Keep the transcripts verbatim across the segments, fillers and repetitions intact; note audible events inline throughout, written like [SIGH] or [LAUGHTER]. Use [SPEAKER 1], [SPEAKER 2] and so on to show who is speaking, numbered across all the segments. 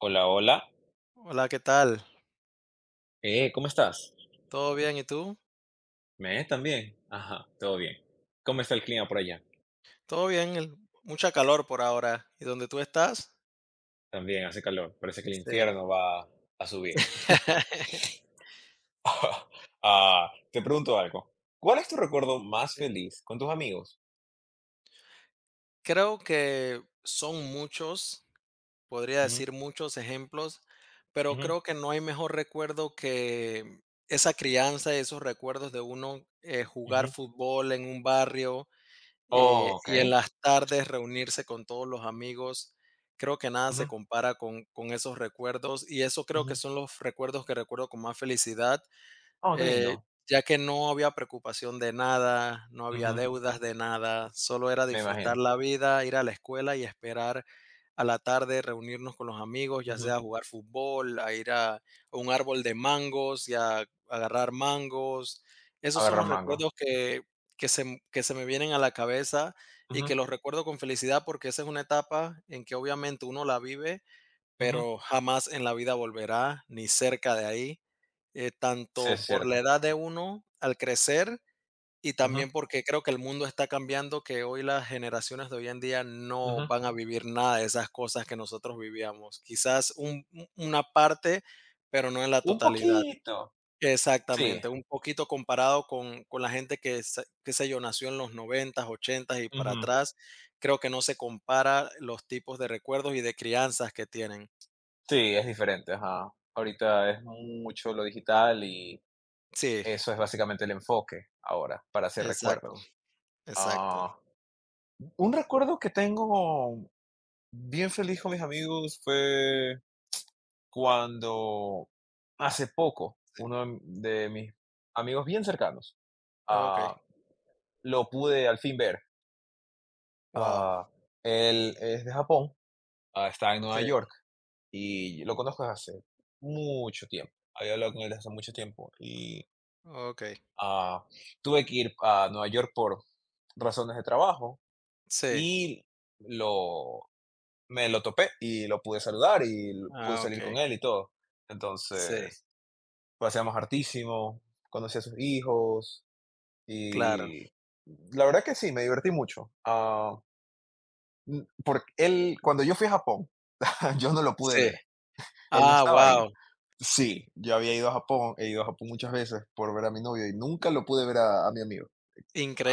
[SPEAKER 1] Hola, hola.
[SPEAKER 2] Hola, ¿qué tal?
[SPEAKER 1] Eh, ¿cómo estás?
[SPEAKER 2] ¿Todo bien? ¿Y tú?
[SPEAKER 1] ¿Me? ¿También? Ajá, todo bien. ¿Cómo está el clima por allá?
[SPEAKER 2] Todo bien, el- mucha calor por ahora. ¿Y dónde tú estás?
[SPEAKER 1] También hace calor. Parece que el
[SPEAKER 2] Sí.
[SPEAKER 1] infierno va a subir.
[SPEAKER 2] [LAUGHS]
[SPEAKER 1] [LAUGHS] Ah, te pregunto algo. ¿Cuál es tu recuerdo más
[SPEAKER 2] Eh,
[SPEAKER 1] feliz con tus amigos?
[SPEAKER 2] Creo que son muchos, podría
[SPEAKER 1] Ujú,
[SPEAKER 2] decir muchos ejemplos, pero
[SPEAKER 1] ujú,
[SPEAKER 2] creo que no hay mejor recuerdo que esa crianza y esos recuerdos de uno eh, jugar
[SPEAKER 1] ujú.
[SPEAKER 2] fútbol en un barrio. Eh,
[SPEAKER 1] Oh,
[SPEAKER 2] y en
[SPEAKER 1] ok.
[SPEAKER 2] las tardes reunirse con todos los amigos, creo que nada se
[SPEAKER 1] Ujú,
[SPEAKER 2] compara con, con esos recuerdos, y eso creo que
[SPEAKER 1] ujú.
[SPEAKER 2] son los recuerdos que recuerdo con más felicidad,
[SPEAKER 1] Oh, qué
[SPEAKER 2] eh,
[SPEAKER 1] lindo.
[SPEAKER 2] ya que no había preocupación de nada, no había
[SPEAKER 1] Ujú,
[SPEAKER 2] deudas de nada, solo era
[SPEAKER 1] me
[SPEAKER 2] disfrutar
[SPEAKER 1] imagino.
[SPEAKER 2] la vida, ir a la escuela y esperar a la tarde reunirnos con los amigos, ya sea
[SPEAKER 1] Ujú.
[SPEAKER 2] a jugar fútbol, a ir a, a un árbol de mangos y a agarrar mangos. Esos son
[SPEAKER 1] Agarrar
[SPEAKER 2] los
[SPEAKER 1] mango.
[SPEAKER 2] recuerdos que, que se, m- que se me vienen a la cabeza, y
[SPEAKER 1] Ujú,
[SPEAKER 2] que los recuerdo con felicidad porque esa es una etapa en que obviamente uno la vive,
[SPEAKER 1] ujú.
[SPEAKER 2] pero jamás en la vida volverá ni cerca de ahí, eh,
[SPEAKER 1] Sí,
[SPEAKER 2] tanto
[SPEAKER 1] es
[SPEAKER 2] por la
[SPEAKER 1] cierto.
[SPEAKER 2] edad de uno al crecer, y
[SPEAKER 1] Ujú,
[SPEAKER 2] también porque creo que el mundo está cambiando, que hoy las generaciones de hoy en día no
[SPEAKER 1] ujú.
[SPEAKER 2] van a vivir nada de esas cosas que nosotros vivíamos. Quizás un- un- una parte, pero no en la
[SPEAKER 1] Un
[SPEAKER 2] totalidad.
[SPEAKER 1] poquito. Sí.
[SPEAKER 2] Exactamente, un poquito comparado con, con la gente que, sa- qué sé yo, nació en los noventas, y para atrás, creo que no se compara los tipos de recuerdos y de crianzas que tienen.
[SPEAKER 1] Sí, es diferente, ajá. Ahorita es mucho lo digital y
[SPEAKER 2] Sí,
[SPEAKER 1] eso es básicamente el enfoque ahora para hacer
[SPEAKER 2] exacto,
[SPEAKER 1] recuerdos.
[SPEAKER 2] exacto.
[SPEAKER 1] Ah, un recuerdo que tengo bien feliz con mis amigos fue cuando hace poco uno de de mis amigos bien cercanos
[SPEAKER 2] Okey,
[SPEAKER 1] ah, lo pude al fin ver.
[SPEAKER 2] wow.
[SPEAKER 1] Ah, él es de Japón, ah, está en
[SPEAKER 2] Sí,
[SPEAKER 1] Nueva York y lo conozco desde hace mucho tiempo. Había hablado con él desde hace mucho tiempo y
[SPEAKER 2] okey.
[SPEAKER 1] ah, tuve que ir a Nueva York por razones de trabajo
[SPEAKER 2] Sí.
[SPEAKER 1] y lo me lo topé y lo pude saludar y l pude
[SPEAKER 2] Ah,
[SPEAKER 1] salir
[SPEAKER 2] okey.
[SPEAKER 1] con él y todo.
[SPEAKER 2] Sí,
[SPEAKER 1] Entonces, paseamos hartísimo, conocí a sus hijos
[SPEAKER 2] claro.
[SPEAKER 1] y la verdad que sí, me divertí mucho. Ah, mm, por él cuando yo fui a Japón, [LAUGHS] yo no lo pude
[SPEAKER 2] Sí.
[SPEAKER 1] ver, él no
[SPEAKER 2] Ah,
[SPEAKER 1] estaba ahí.
[SPEAKER 2] wow.
[SPEAKER 1] Sí, yo había ido a Japón, he ido a Japón muchas veces por ver a mi novio y nunca lo pude ver a a mi amigo.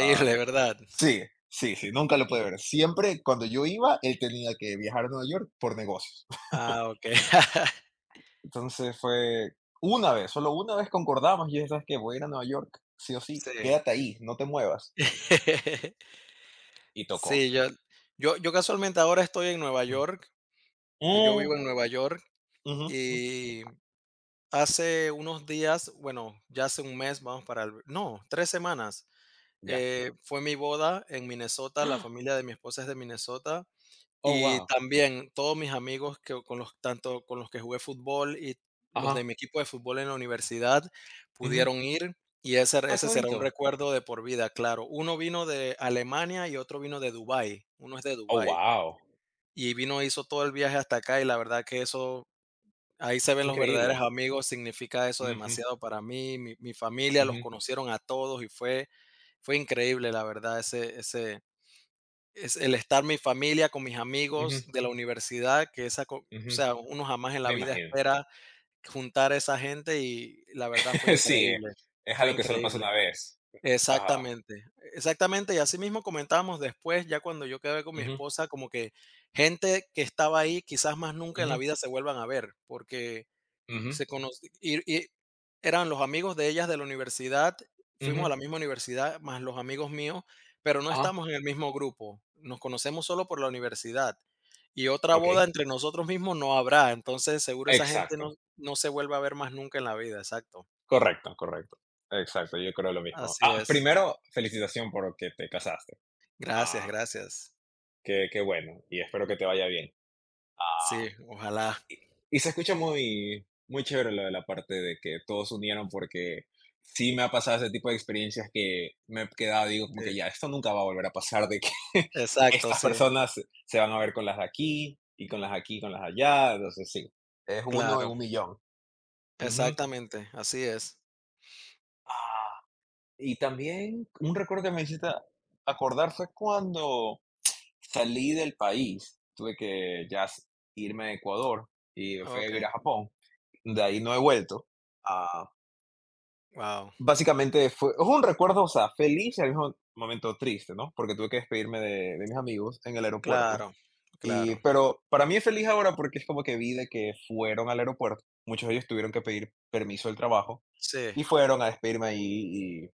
[SPEAKER 1] Ah,
[SPEAKER 2] ¿verdad?
[SPEAKER 1] sí, sí, sí, nunca lo pude ver. Siempre cuando yo iba, él tenía que viajar a Nueva York por negocios. [LAUGHS]
[SPEAKER 2] Ah, okey. [LAUGHS]
[SPEAKER 1] Entonces fue una vez, solo una vez concordamos y dije, ¿sabes qué? Voy a ir a Nueva York, sí o sí,
[SPEAKER 2] Sí.
[SPEAKER 1] quédate ahí, no te muevas. [LAUGHS]
[SPEAKER 2] [LAUGHS]
[SPEAKER 1] Y tocó.
[SPEAKER 2] Sí, yo yo yo casualmente ahora estoy en Nueva
[SPEAKER 1] Mm,
[SPEAKER 2] York, eh, yo
[SPEAKER 1] mm,
[SPEAKER 2] vivo en Nueva York,
[SPEAKER 1] ujú, mm,
[SPEAKER 2] y hace unos días, bueno, ya hace un mes, vamos para el no, tres semanas,
[SPEAKER 1] ya.
[SPEAKER 2] eh, fue mi boda en Minnesota, la
[SPEAKER 1] [GASPS]
[SPEAKER 2] familia de mi esposa es de Minnesota.
[SPEAKER 1] Oh,
[SPEAKER 2] Y
[SPEAKER 1] wow.
[SPEAKER 2] también todos mis amigos, que con los tanto con los que jugué fútbol y los de
[SPEAKER 1] Ajá.
[SPEAKER 2] mi equipo de fútbol en la universidad
[SPEAKER 1] Ujú.
[SPEAKER 2] pudieron ir, y ese
[SPEAKER 1] Ah,
[SPEAKER 2] ese
[SPEAKER 1] qué
[SPEAKER 2] será un
[SPEAKER 1] bonito.
[SPEAKER 2] recuerdo de por vida, claro. Uno vino de Alemania y otro vino de Dubái, uno es de
[SPEAKER 1] Oh,
[SPEAKER 2] Dubái,
[SPEAKER 1] wow.
[SPEAKER 2] y vino, hizo todo el viaje hasta acá, y la verdad que eso, ahí se ven los
[SPEAKER 1] Increíble.
[SPEAKER 2] verdaderos amigos, significa eso
[SPEAKER 1] Ujú,
[SPEAKER 2] demasiado para mí, mi mi familia, los
[SPEAKER 1] ujú,
[SPEAKER 2] conocieron a todos y fue fue increíble, la verdad, ese ese es el estar mi familia con mis
[SPEAKER 1] ujú,
[SPEAKER 2] amigos de la universidad, que esa co o
[SPEAKER 1] ujú.
[SPEAKER 2] sea, uno jamás en la
[SPEAKER 1] Me
[SPEAKER 2] vida
[SPEAKER 1] imagino.
[SPEAKER 2] espera juntar a esa gente y la verdad fue
[SPEAKER 1] [LAUGHS] Sí, eh,
[SPEAKER 2] increíble,
[SPEAKER 1] es
[SPEAKER 2] fue
[SPEAKER 1] algo que solo pasa una
[SPEAKER 2] increíble.
[SPEAKER 1] vez. Ajá.
[SPEAKER 2] Exactamente, exactamente, y así mismo comentábamos después, ya cuando yo quedé con mi
[SPEAKER 1] Ujú,
[SPEAKER 2] esposa, como que gente que estaba ahí, quizás más nunca en la
[SPEAKER 1] ujú,
[SPEAKER 2] vida se vuelvan a ver, porque
[SPEAKER 1] ujú,
[SPEAKER 2] se conoci y y eran los amigos de ellas de la universidad, fuimos a
[SPEAKER 1] ujú.
[SPEAKER 2] la misma universidad, más los amigos míos, pero no
[SPEAKER 1] Ajá.
[SPEAKER 2] estamos en el mismo grupo, nos conocemos solo por la universidad. Y otra
[SPEAKER 1] Ok.
[SPEAKER 2] boda entre nosotros mismos no habrá, entonces seguro esa gente no
[SPEAKER 1] Exacto,
[SPEAKER 2] no se vuelve a ver más nunca en la vida, exacto.
[SPEAKER 1] correcto, correcto. Exacto, yo creo lo mismo.
[SPEAKER 2] Así
[SPEAKER 1] Ah,
[SPEAKER 2] es.
[SPEAKER 1] primero, felicitación por que te casaste.
[SPEAKER 2] Gracias,
[SPEAKER 1] Ah,
[SPEAKER 2] gracias.
[SPEAKER 1] qué qué bueno, y espero que te vaya bien.
[SPEAKER 2] Sí,
[SPEAKER 1] Ah,
[SPEAKER 2] ojalá.
[SPEAKER 1] y se escucha muy muy chévere lo de la parte de que todos se unieron, porque sí me ha pasado ese tipo de experiencias que me he quedado, digo, como que
[SPEAKER 2] Sí.
[SPEAKER 1] ya, esto nunca va a volver a pasar, de que [LAUGHS]
[SPEAKER 2] Exacto,
[SPEAKER 1] estas
[SPEAKER 2] sí,
[SPEAKER 1] personas se van a ver con las de aquí, y con las de aquí, con las de allá, entonces sí, es uno en
[SPEAKER 2] claro.
[SPEAKER 1] un millón. Ujú.
[SPEAKER 2] Exactamente, así es.
[SPEAKER 1] Ah. Y también un recuerdo que me hiciste acordar fue cuando salí del país. Tuve que ya s- irme a Ecuador y me fui a vivir
[SPEAKER 2] Okey,
[SPEAKER 1] a Japón. De ahí no he vuelto. Ah,
[SPEAKER 2] wow.
[SPEAKER 1] básicamente fue, es un recuerdo, o sea, feliz y al mismo momento triste, ¿no? Porque tuve que despedirme de, de mis amigos en el aeropuerto.
[SPEAKER 2] Claro,
[SPEAKER 1] Y,
[SPEAKER 2] claro.
[SPEAKER 1] pero para mí es feliz ahora porque es como que vi de que fueron al aeropuerto. Muchos de ellos tuvieron que pedir permiso del trabajo
[SPEAKER 2] Sí.
[SPEAKER 1] y fueron a despedirme ahí.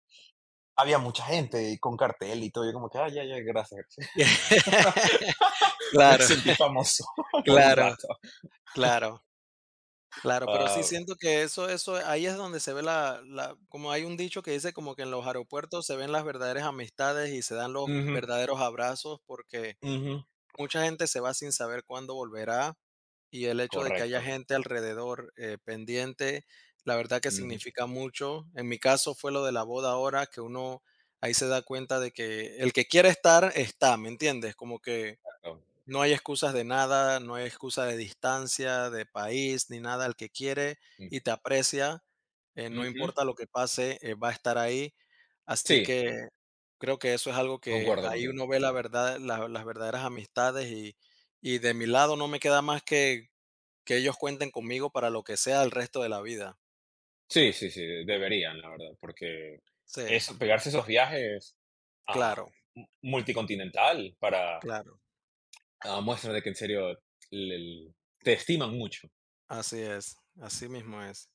[SPEAKER 1] Había mucha gente y con cartel y todo, yo como que, ah, ya, ya, gracias. Gracias. [LAUGHS]
[SPEAKER 2] [LAUGHS]
[SPEAKER 1] Me
[SPEAKER 2] Claro,
[SPEAKER 1] sentí
[SPEAKER 2] [LAUGHS]
[SPEAKER 1] famoso [LAUGHS] por un
[SPEAKER 2] claro,
[SPEAKER 1] rato.
[SPEAKER 2] claro, claro, pero sí
[SPEAKER 1] Ah,
[SPEAKER 2] siento que eso eso ahí es donde se ve la la como hay un dicho que dice como que en los aeropuertos se ven las verdaderas amistades y se dan los
[SPEAKER 1] ujú,
[SPEAKER 2] verdaderos abrazos, porque
[SPEAKER 1] ujú,
[SPEAKER 2] mucha gente se va sin saber cuándo volverá, y el hecho de que haya
[SPEAKER 1] correcto.
[SPEAKER 2] gente alrededor, eh, pendiente, la verdad que
[SPEAKER 1] Ujú,
[SPEAKER 2] significa mucho. En mi caso fue lo de la boda ahora, que uno ahí se da cuenta de que el que quiere estar, está, ¿me entiendes? Como que
[SPEAKER 1] correcto,
[SPEAKER 2] no hay excusas de nada, no hay excusa de distancia, de país, ni nada. El que quiere
[SPEAKER 1] mm,
[SPEAKER 2] y te aprecia, eh, no
[SPEAKER 1] ujú.
[SPEAKER 2] importa lo que pase, eh, va a estar ahí.
[SPEAKER 1] Sí,
[SPEAKER 2] Así que creo que eso es algo que
[SPEAKER 1] concuerdo
[SPEAKER 2] ahí
[SPEAKER 1] contigo.
[SPEAKER 2] uno ve la verdad, la- las verdaderas amistades, y, y de mi lado no me queda más que que ellos cuenten conmigo para lo que sea el resto de la vida.
[SPEAKER 1] Sí, sí, sí, deberían, la verdad, porque
[SPEAKER 2] Sí,
[SPEAKER 1] eso, pegarse esos viajes a
[SPEAKER 2] claro,
[SPEAKER 1] multicontinental para
[SPEAKER 2] claro.
[SPEAKER 1] ah, muestra de que en serio el- el- te estiman mucho.
[SPEAKER 2] Así es, así mismo es.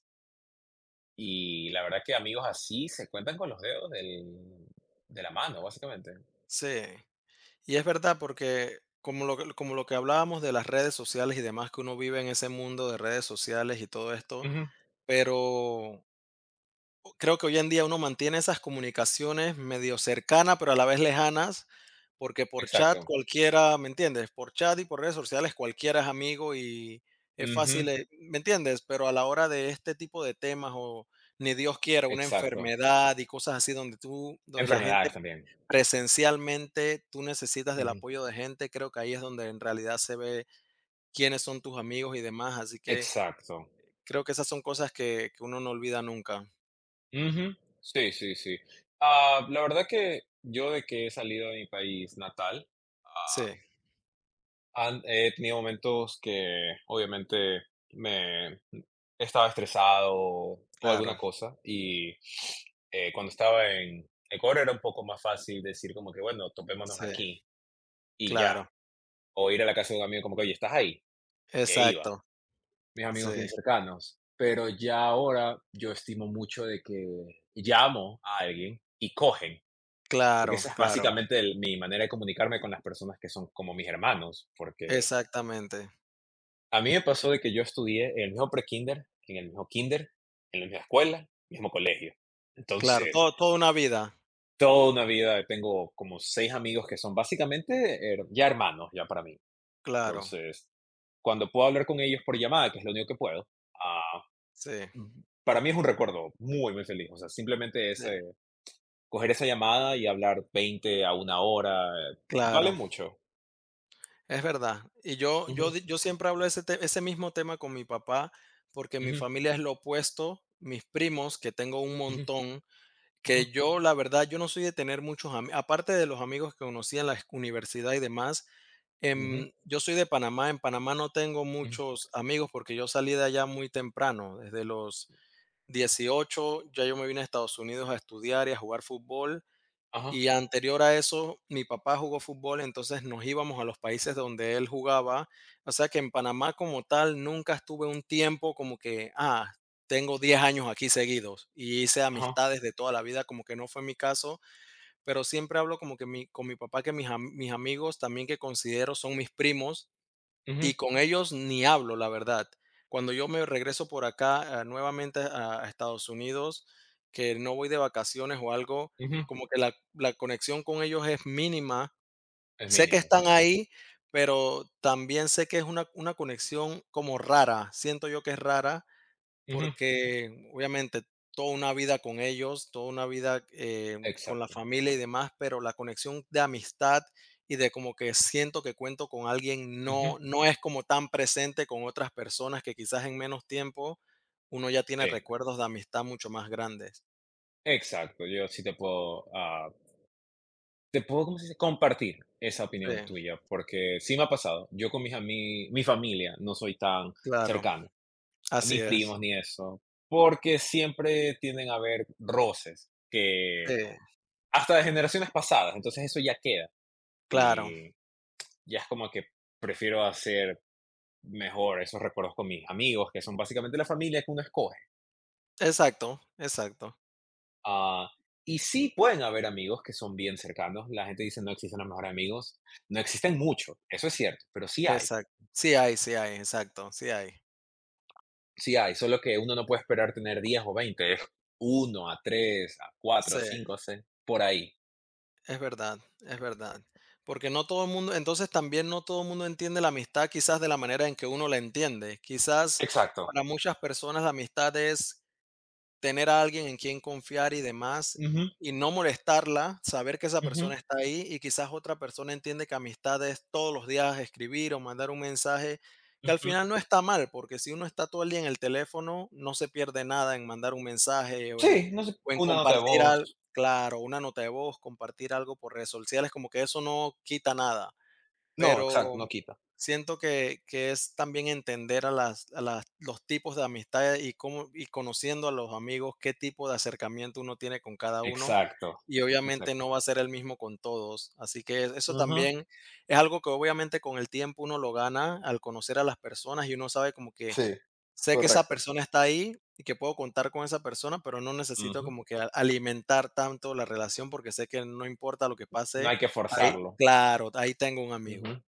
[SPEAKER 1] Y la verdad que amigos así se cuentan con los dedos del- de la mano, básicamente.
[SPEAKER 2] Sí. Y es verdad, porque como lo que, como lo que hablábamos de las redes sociales y demás, que uno vive en ese mundo de redes sociales y todo esto,
[SPEAKER 1] Ujú,
[SPEAKER 2] pero creo que hoy en día uno mantiene esas comunicaciones medio cercanas, pero a la vez lejanas, porque por chat
[SPEAKER 1] exacto.
[SPEAKER 2] cualquiera, ¿me entiendes? Por chat y por redes sociales cualquiera es amigo y es
[SPEAKER 1] Ujú,
[SPEAKER 2] fácil, eh, ¿me entiendes? Pero a la hora de este tipo de temas, o ni Dios quiera, una
[SPEAKER 1] exacto.
[SPEAKER 2] enfermedad y cosas así donde tú, donde la gente
[SPEAKER 1] Enfermedades también.
[SPEAKER 2] presencialmente, tú necesitas del
[SPEAKER 1] Ujú,
[SPEAKER 2] apoyo de gente, creo que ahí es donde en realidad se ve quiénes son tus amigos y demás, así que
[SPEAKER 1] exacto.
[SPEAKER 2] creo que esas son cosas que que uno no olvida nunca.
[SPEAKER 1] Ujú, sí, sí, sí. Ah, la verdad que yo de que he salido de mi país natal,
[SPEAKER 2] Sí,
[SPEAKER 1] han- he tenido momentos que obviamente me estaba estresado o alguna
[SPEAKER 2] claro,
[SPEAKER 1] cosa y eh, cuando estaba en Ecuador era un poco más fácil decir como que bueno, topémonos
[SPEAKER 2] sí,
[SPEAKER 1] aquí y ya,
[SPEAKER 2] claro,
[SPEAKER 1] o ir a la casa de un amigo como que oye, estás ahí y ahí iba.
[SPEAKER 2] exacto,
[SPEAKER 1] Mis amigos
[SPEAKER 2] sí,
[SPEAKER 1] bien cercanos, pero ya ahora yo estimo mucho de que llamo a alguien y cogen, porque
[SPEAKER 2] claro,
[SPEAKER 1] esa es
[SPEAKER 2] claro,
[SPEAKER 1] básicamente el mi manera de comunicarme con las personas que son como mis hermanos, porque
[SPEAKER 2] exactamente,
[SPEAKER 1] a mí me pasó de que yo estudié en el mismo pre-kinder, en el mismo kinder, en la misma escuela, mismo colegio.
[SPEAKER 2] claro,
[SPEAKER 1] Entonces,
[SPEAKER 2] todo, toda una vida,
[SPEAKER 1] toda una vida tengo como seis amigos que son básicamente, her ya hermanos ya para mí.
[SPEAKER 2] claro,
[SPEAKER 1] Entonces, cuando puedo hablar con ellos por llamada, que es lo único que puedo, ah.
[SPEAKER 2] sí,
[SPEAKER 1] Mm, para mí es un recuerdo muy, muy feliz. O sea, simplemente
[SPEAKER 2] sí,
[SPEAKER 1] ese coger esa llamada y hablar veinte a una hora, eh, vale
[SPEAKER 2] claro,
[SPEAKER 1] mucho.
[SPEAKER 2] es verdad. Y yo yo
[SPEAKER 1] Ujú,
[SPEAKER 2] di yo siempre hablo ese, te ese mismo tema con mi papá, porque mi
[SPEAKER 1] ujú,
[SPEAKER 2] familia es lo opuesto, mis primos, que tengo un
[SPEAKER 1] ujú,
[SPEAKER 2] montón.
[SPEAKER 1] ujú,
[SPEAKER 2] Que yo, la verdad, yo no soy de tener muchos amigos aparte de los amigos que conocí en la universidad y demás,
[SPEAKER 1] ujú,
[SPEAKER 2] em, yo soy de Panamá. En Panamá no tengo
[SPEAKER 1] ujú.
[SPEAKER 2] muchos amigos porque yo salí de allá muy temprano. Desde los dieciocho ya yo me vine a Estados Unidos a estudiar y a jugar fútbol.
[SPEAKER 1] Ajá,
[SPEAKER 2] Y anterior a eso, mi papá jugó fútbol, entonces nos íbamos a los países donde él jugaba. O sea que en Panamá como tal nunca estuve un tiempo como que, ah, tengo diez años aquí seguidos y hice
[SPEAKER 1] ajá,
[SPEAKER 2] amistades de toda la vida, como que no fue mi caso, pero siempre hablo como que mi, con mi papá, que mis, am- mis amigos también que considero son mis primos,
[SPEAKER 1] ujú,
[SPEAKER 2] y con ellos ni hablo, la verdad. Cuando yo me regreso por acá, ah, nuevamente a a Estados Unidos, que no voy de vacaciones o algo,
[SPEAKER 1] ujú.
[SPEAKER 2] como que la la conexión con ellos es mínima.
[SPEAKER 1] Es
[SPEAKER 2] Sé que
[SPEAKER 1] mínimo,
[SPEAKER 2] están
[SPEAKER 1] sí.
[SPEAKER 2] ahí, pero también sé que es una una conexión como rara. Siento yo que es rara.
[SPEAKER 1] Ujú,
[SPEAKER 2] Porque obviamente toda una vida con ellos, toda una vida, eh, con la
[SPEAKER 1] exacto.
[SPEAKER 2] familia y demás, pero la conexión de amistad y de como que siento que cuento con alguien
[SPEAKER 1] Ujú,
[SPEAKER 2] no, no es como tan presente con otras personas que quizás en menos tiempo uno ya tiene
[SPEAKER 1] sí,
[SPEAKER 2] recuerdos de amistad mucho más grandes.
[SPEAKER 1] exacto. Yo sí te puedo, ah, te puedo, ¿cómo se dice? Compartir esa
[SPEAKER 2] Sí,
[SPEAKER 1] opinión tuya, porque sí me ha pasado. Yo con mis ami mi familia no soy tan
[SPEAKER 2] claro,
[SPEAKER 1] cercano.
[SPEAKER 2] así
[SPEAKER 1] Ni primos
[SPEAKER 2] es.
[SPEAKER 1] ni eso, porque siempre tienden a haber roces
[SPEAKER 2] Sí,
[SPEAKER 1] que hasta de generaciones pasadas, entonces eso ya queda
[SPEAKER 2] claro,
[SPEAKER 1] y ya es como que prefiero hacer mejor esos recuerdos con mis amigos, que son básicamente la familia que uno escoge.
[SPEAKER 2] exacto, exacto,
[SPEAKER 1] Ah, y sí pueden haber amigos que son bien cercanos, la gente dice no existen los mejores amigos, no existen muchos, eso es cierto, pero sí hay,
[SPEAKER 2] exacto. Sí hay, sí hay, exacto, sí hay.
[SPEAKER 1] sí hay, solo que uno no puede esperar tener diez o veinte, es uno a tres a cuatro
[SPEAKER 2] Sí.
[SPEAKER 1] a cinco a seis, por ahí.
[SPEAKER 2] Es verdad, es verdad. Porque no todo el mundo, entonces también no todo el mundo entiende la amistad quizás de la manera en que uno la entiende. Quizás
[SPEAKER 1] Exacto.
[SPEAKER 2] para muchas personas la amistad es tener a alguien en quien confiar y demás,
[SPEAKER 1] Ujú,
[SPEAKER 2] y no molestarla, saber que esa persona
[SPEAKER 1] ujú,
[SPEAKER 2] está ahí, y quizás otra persona entiende que amistad es todos los días escribir o mandar un mensaje, que al
[SPEAKER 1] ujú.
[SPEAKER 2] final no está mal, porque si uno está todo el día en el teléfono, no se pierde nada en mandar un mensaje o
[SPEAKER 1] Sí,
[SPEAKER 2] en,
[SPEAKER 1] no sé,
[SPEAKER 2] o en
[SPEAKER 1] una nota de
[SPEAKER 2] compartir
[SPEAKER 1] voz.
[SPEAKER 2] algo, claro, una nota de voz, compartir algo por redes sociales, como que eso no quita nada.
[SPEAKER 1] No,
[SPEAKER 2] Pero
[SPEAKER 1] exacto, no quita.
[SPEAKER 2] siento que que es también entender a las a las los tipos de amistades y cómo, y conociendo a los amigos, qué tipo de acercamiento uno tiene con cada uno,
[SPEAKER 1] Exacto,
[SPEAKER 2] y obviamente
[SPEAKER 1] exacto.
[SPEAKER 2] no va a ser el mismo con todos. Así que eso
[SPEAKER 1] Ujú.
[SPEAKER 2] también es algo que obviamente con el tiempo uno lo gana al conocer a las personas, y uno sabe como que
[SPEAKER 1] Sí,
[SPEAKER 2] sé que esa
[SPEAKER 1] correcto.
[SPEAKER 2] persona está ahí y que puedo contar con esa persona, pero no necesito
[SPEAKER 1] Ujú.
[SPEAKER 2] como que a alimentar tanto la relación, porque sé que no importa lo que
[SPEAKER 1] No
[SPEAKER 2] pase,
[SPEAKER 1] hay que
[SPEAKER 2] ahí
[SPEAKER 1] forzarlo.
[SPEAKER 2] claro, ahí tengo un amigo.
[SPEAKER 1] Ujú.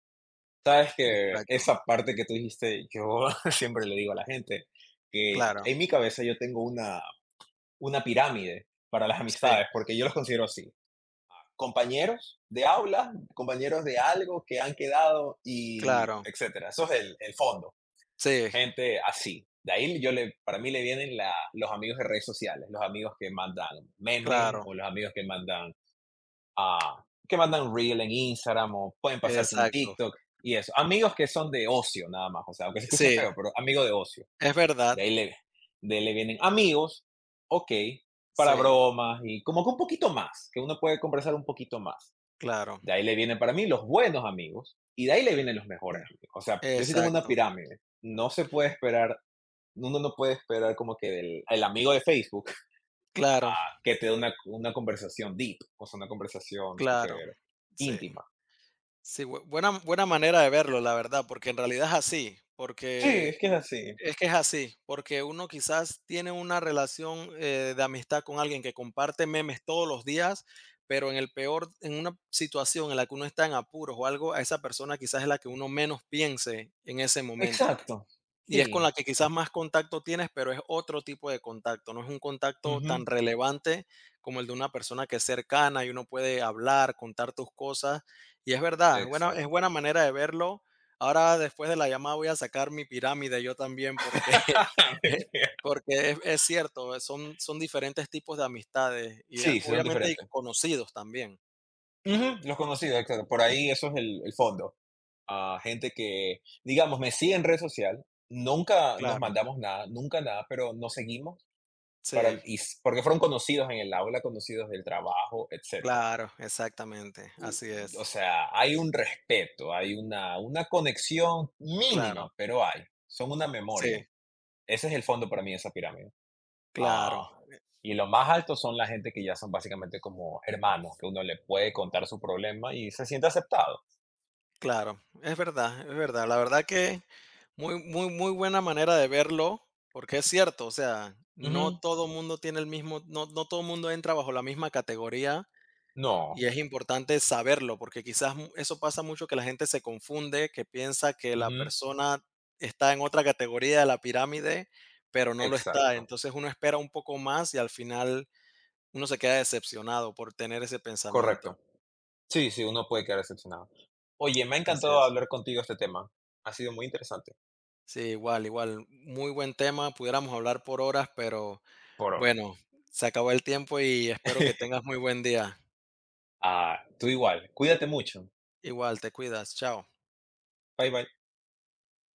[SPEAKER 1] Sabes que
[SPEAKER 2] Exacto,
[SPEAKER 1] esa parte que tú dijiste, yo [LAUGHS] siempre le digo a la gente que
[SPEAKER 2] claro,
[SPEAKER 1] en mi cabeza yo tengo una, una pirámide para las
[SPEAKER 2] sí,
[SPEAKER 1] amistades, porque yo los considero así. Compañeros de aula, compañeros de algo que han quedado y
[SPEAKER 2] claro,
[SPEAKER 1] etcétera. Eso es el, el fondo.
[SPEAKER 2] sí,
[SPEAKER 1] Gente así. De ahí yo le, para mí le vienen la- los amigos de redes sociales, los amigos que mandan memes
[SPEAKER 2] claro,
[SPEAKER 1] o los amigos que mandan, ah, que mandan reel en Instagram o pueden pasarte un
[SPEAKER 2] exacto,
[SPEAKER 1] TikTok y eso. Amigos que son de ocio nada más, o sea, aunque se escuche
[SPEAKER 2] sí,
[SPEAKER 1] feo, pero amigo de ocio.
[SPEAKER 2] es
[SPEAKER 1] De
[SPEAKER 2] verdad,
[SPEAKER 1] ahí le, de ahí le vienen amigos, ok, para
[SPEAKER 2] sí,
[SPEAKER 1] bromas y como que un poquito más, que uno puede conversar un poquito más.
[SPEAKER 2] claro,
[SPEAKER 1] De ahí le vienen para mí los buenos amigos y de ahí le vienen los
[SPEAKER 2] sí,
[SPEAKER 1] mejores amigos. O sea, yo sí tengo una
[SPEAKER 2] exacto,
[SPEAKER 1] pirámide. No se puede esperar Uno no puede esperar como que del el amigo de Facebook
[SPEAKER 2] claro,
[SPEAKER 1] que te dé una, una conversación deep, o sea, una conversación
[SPEAKER 2] claro,
[SPEAKER 1] súper
[SPEAKER 2] sí,
[SPEAKER 1] íntima.
[SPEAKER 2] sí, bu- buena, buena manera de verlo, la verdad, porque en realidad es así,
[SPEAKER 1] Sí,
[SPEAKER 2] porque
[SPEAKER 1] es que es así.
[SPEAKER 2] es que es así, porque uno quizás tiene una relación, eh, de amistad con alguien que comparte memes todos los días, pero en el peor, en una situación en la que uno está en apuros o algo, a esa persona quizás es la que uno menos piense en ese momento.
[SPEAKER 1] Exacto.
[SPEAKER 2] Y es con
[SPEAKER 1] Sí.
[SPEAKER 2] la que quizás
[SPEAKER 1] Eh,
[SPEAKER 2] más contacto tienes, pero es otro tipo de contacto, no es un contacto
[SPEAKER 1] Ujú,
[SPEAKER 2] tan relevante como el de una persona que es cercana y uno puede hablar, contar tus cosas. Y es verdad, es buena, es
[SPEAKER 1] exacto.
[SPEAKER 2] buena manera de verlo. Ahora después de la llamada voy a sacar mi pirámide yo también porque,
[SPEAKER 1] [LAUGHS] Me
[SPEAKER 2] [LAUGHS]
[SPEAKER 1] pega.
[SPEAKER 2] porque es, es cierto, eh, son, son diferentes tipos de amistades y eh,
[SPEAKER 1] Sí, sí, son
[SPEAKER 2] obviamente hay
[SPEAKER 1] diferentes.
[SPEAKER 2] conocidos también.
[SPEAKER 1] Ujú, los conocidos, exacto. Por ahí eso es el, el fondo. Ah, gente que, digamos, me sigue en red social, nunca nos
[SPEAKER 2] Claro,
[SPEAKER 1] mandamos nada, nunca nada, pero nos seguimos
[SPEAKER 2] sí,
[SPEAKER 1] para, y, s- porque fueron conocidos en el aula, conocidos del trabajo, etcétera.
[SPEAKER 2] claro, exactamente, así
[SPEAKER 1] O
[SPEAKER 2] es,
[SPEAKER 1] sea, hay un respeto, hay una una conexión
[SPEAKER 2] claro,
[SPEAKER 1] mínima, pero hay. Son una memoria.
[SPEAKER 2] sí,
[SPEAKER 1] Ese es el fondo para mí de esa pirámide.
[SPEAKER 2] claro.
[SPEAKER 1] Ah, y lo más alto son la gente que ya son básicamente como hermanos, que uno le puede contar su problema y se siente aceptado.
[SPEAKER 2] Claro, es verdad, es verdad. La verdad que muy, muy, muy buena manera de verlo, porque es cierto, o sea, no
[SPEAKER 1] Ujú.
[SPEAKER 2] todo mundo tiene el mismo, no, no todo mundo entra bajo la misma categoría,
[SPEAKER 1] No.
[SPEAKER 2] y es importante saberlo, porque quizás mu- eso pasa mucho que la gente se confunde, que piensa que la
[SPEAKER 1] Ujú.
[SPEAKER 2] persona está en otra categoría de la pirámide, pero no lo está.
[SPEAKER 1] Exacto.
[SPEAKER 2] Entonces uno espera un poco más y al final uno se queda decepcionado por tener ese pensamiento.
[SPEAKER 1] Correcto. Sí, sí, uno puede quedar decepcionado. Oye, me ha
[SPEAKER 2] Así
[SPEAKER 1] encantado
[SPEAKER 2] es.
[SPEAKER 1] hablar contigo este tema. Ha sido muy interesante,
[SPEAKER 2] Sí, igual, igual. Muy buen tema. Pudiéramos hablar por horas, pero
[SPEAKER 1] por ahora.
[SPEAKER 2] bueno, se acabó el tiempo y espero que
[SPEAKER 1] [LAUGHS]
[SPEAKER 2] tengas muy buen día.
[SPEAKER 1] Ah, tú igual. Cuídate mucho.
[SPEAKER 2] Igual, te cuidas. Chao.
[SPEAKER 1] Bye, bye.